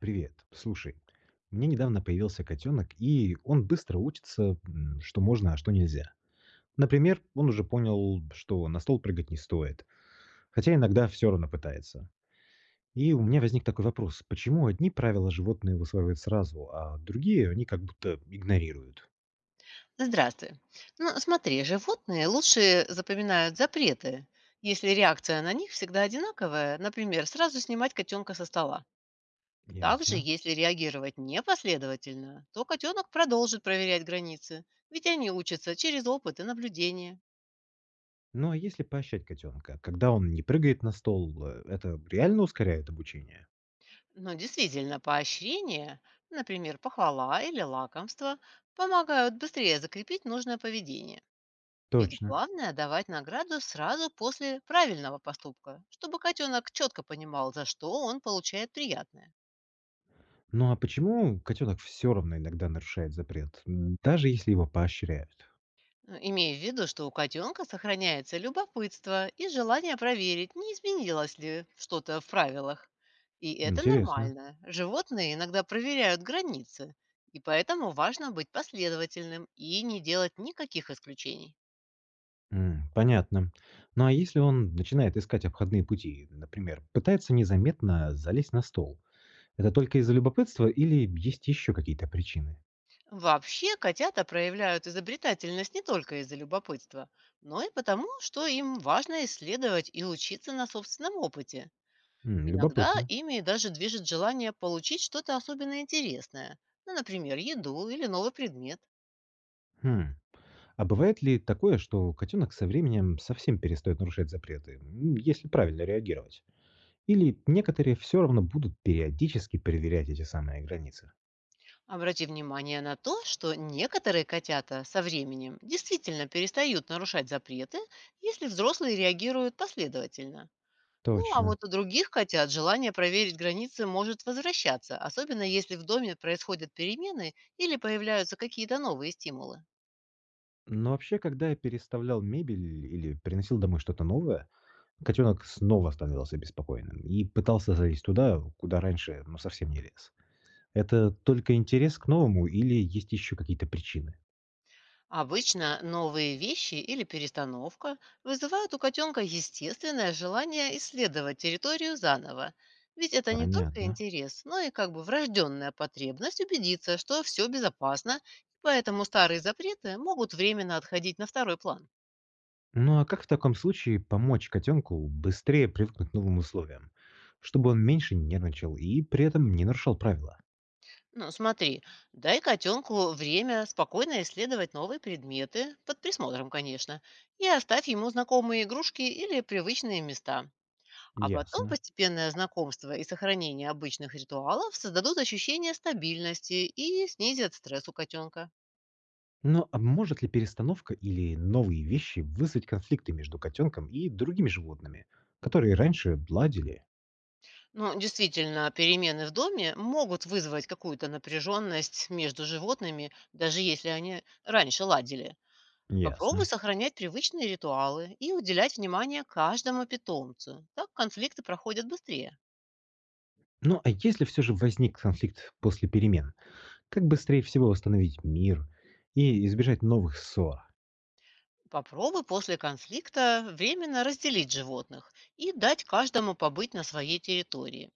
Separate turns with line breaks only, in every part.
Привет. Слушай, у меня недавно появился котенок, и он быстро учится, что можно, а что нельзя. Например, он уже понял, что на стол прыгать не стоит, хотя иногда все равно пытается. И у меня возник такой вопрос, почему одни правила животные высваивают сразу, а другие они как будто игнорируют?
Здравствуй. Ну, смотри, животные лучше запоминают запреты, если реакция на них всегда одинаковая, например, сразу снимать котенка со стола. Также,
Ясно.
если реагировать непоследовательно, то котенок продолжит проверять границы, ведь они учатся через опыт и наблюдение.
Ну а если поощрять котенка, когда он не прыгает на стол, это реально ускоряет обучение?
Но действительно, поощрение, например, похвала или лакомство, помогают быстрее закрепить нужное поведение. Ведь
Точно.
главное– давать награду сразу после правильного поступка, чтобы котенок четко понимал, за что он получает приятное.
Ну а почему котенок все равно иногда нарушает запрет, даже если его поощряют?
Ну, имея в виду, что у котенка сохраняется любопытство и желание проверить, не изменилось ли что-то в правилах. И это
Интересно.
нормально. Животные иногда проверяют границы, и поэтому важно быть последовательным и не делать никаких исключений.
Понятно. Ну а если он начинает искать обходные пути, например, пытается незаметно залезть на стол, это только из-за любопытства или есть еще какие-то причины?
Вообще, котята проявляют изобретательность не только из-за любопытства, но и потому, что им важно исследовать и учиться на собственном опыте. Иногда
Любопытно.
ими даже движет желание получить что-то особенно интересное, ну, например, еду или новый предмет.
Хм. А бывает ли такое, что котенок со временем совсем перестает нарушать запреты, если правильно реагировать? Или некоторые все равно будут периодически проверять эти самые границы?
Обрати внимание на то, что некоторые котята со временем действительно перестают нарушать запреты, если взрослые реагируют последовательно. Ну, а
Точно.
вот у других котят желание проверить границы может возвращаться, особенно если в доме происходят перемены или появляются какие-то новые стимулы.
Но вообще, когда я переставлял мебель или приносил домой что-то новое, котенок снова становился беспокойным и пытался залезть туда, куда раньше, ну, совсем не лез. Это только интерес к новому или есть еще какие-то причины?
Обычно новые вещи или перестановка вызывают у котенка естественное желание исследовать территорию заново. Ведь это не только
Понятно.
интерес, но и как бы врожденная потребность убедиться, что все безопасно, поэтому старые запреты могут временно отходить на второй план.
Ну а как в таком случае помочь котенку быстрее привыкнуть к новым условиям, чтобы он меньше нервничал и при этом не нарушал правила?
Ну, смотри, дай котенку время спокойно исследовать новые предметы, под присмотром, конечно, и оставь ему знакомые игрушки или привычные места. А потом
Ясно.
постепенное знакомство и сохранение обычных ритуалов создадут ощущение стабильности и снизят стресс у котенка.
Но а может ли перестановка или новые вещи вызвать конфликты между котенком и другими животными, которые раньше ладили?
Ну, действительно, перемены в доме могут вызвать какую-то напряженность между животными, даже если они раньше ладили. Попробуй
Ясно.
сохранять привычные ритуалы и уделять внимание каждому питомцу. Так конфликты проходят быстрее.
Ну а если все же возник конфликт после перемен, как быстрее всего восстановить мир и избежать новых ссор?
Попробуй после конфликта временно разделить животных и дать каждому побыть на своей территории.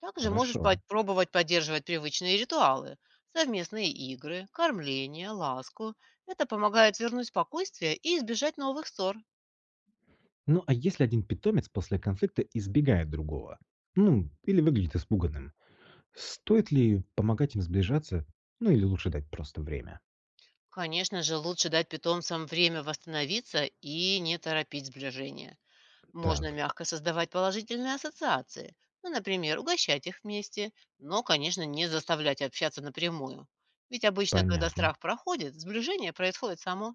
Также можешь
Хорошо.
попробовать поддерживать привычные ритуалы, совместные игры, кормление, ласку. Это помогает вернуть спокойствие и избежать новых ссор.
Ну а если один питомец после конфликта избегает другого? Ну, или выглядит испуганным. Стоит ли помогать им сближаться? Ну или лучше дать просто время?
Конечно же, лучше дать питомцам время восстановиться и не торопить сближение. Можно
Так,
мягко создавать положительные ассоциации, ну, например, угощать их вместе, но, конечно, не заставлять общаться напрямую. Ведь обычно, когда
понятно.
страх проходит, сближение происходит само.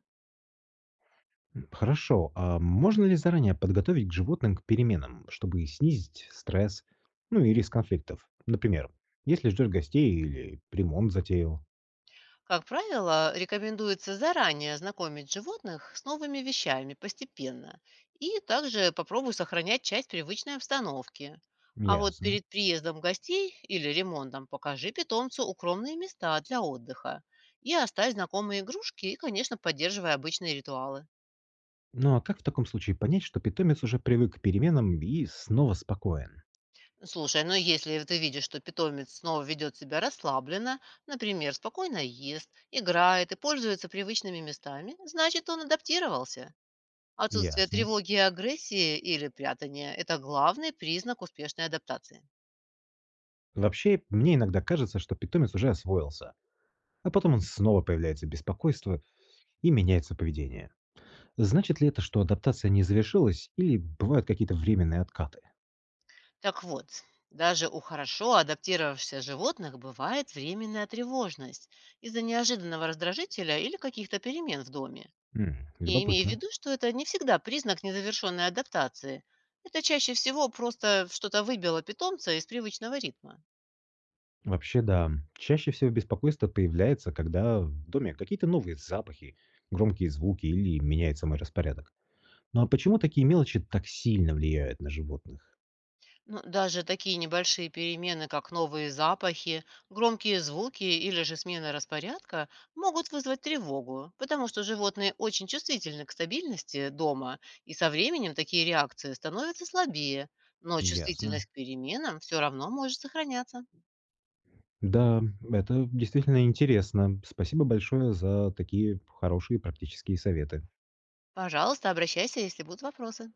Хорошо, а можно ли заранее подготовить к животным к переменам, чтобы снизить стресс, ну и риск конфликтов? Например, если ждешь гостей или ремонт затеял.
Как правило, рекомендуется заранее знакомить животных с новыми вещами постепенно, и также попробуй сохранять часть привычной обстановки. А вот
Ясно.
перед приездом гостей или ремонтом покажи питомцу укромные места для отдыха и оставь знакомые игрушки и, конечно, поддерживай обычные ритуалы.
Ну а как в таком случае понять, что питомец уже привык к переменам и снова спокоен?
Слушай, ну если ты видишь, что питомец снова ведет себя расслабленно, например, спокойно ест, играет и пользуется привычными местами, значит, он адаптировался. Отсутствие
Ясно.
тревоги и агрессии или прятания– это главный признак успешной адаптации.
Вообще, мне иногда кажется, что питомец уже освоился, а потом он снова появляется беспокойство и меняется поведение. Значит ли это, что адаптация не завершилась или бывают какие-то временные откаты?
Так вот, даже у хорошо адаптировавшихся животных бывает временная тревожность из-за неожиданного раздражителя или каких-то перемен в доме. Я имею в
Любопытно.
виду, что это не всегда признак незавершенной адаптации. Это чаще всего просто что-то выбило питомца из привычного ритма.
Вообще, да. Чаще всего беспокойство появляется, когда в доме какие-то новые запахи, громкие звуки или меняется мой распорядок. Ну а почему такие мелочи так сильно влияют на животных?
Но даже такие небольшие перемены, как новые запахи, громкие звуки или же смена распорядка, могут вызвать тревогу, потому что животные очень чувствительны к стабильности дома, и со временем такие реакции становятся слабее, но
Ясно.
чувствительность к переменам все равно может сохраняться.
Да, это действительно интересно. Спасибо большое за такие хорошие практические советы.
Пожалуйста, обращайся, если будут вопросы.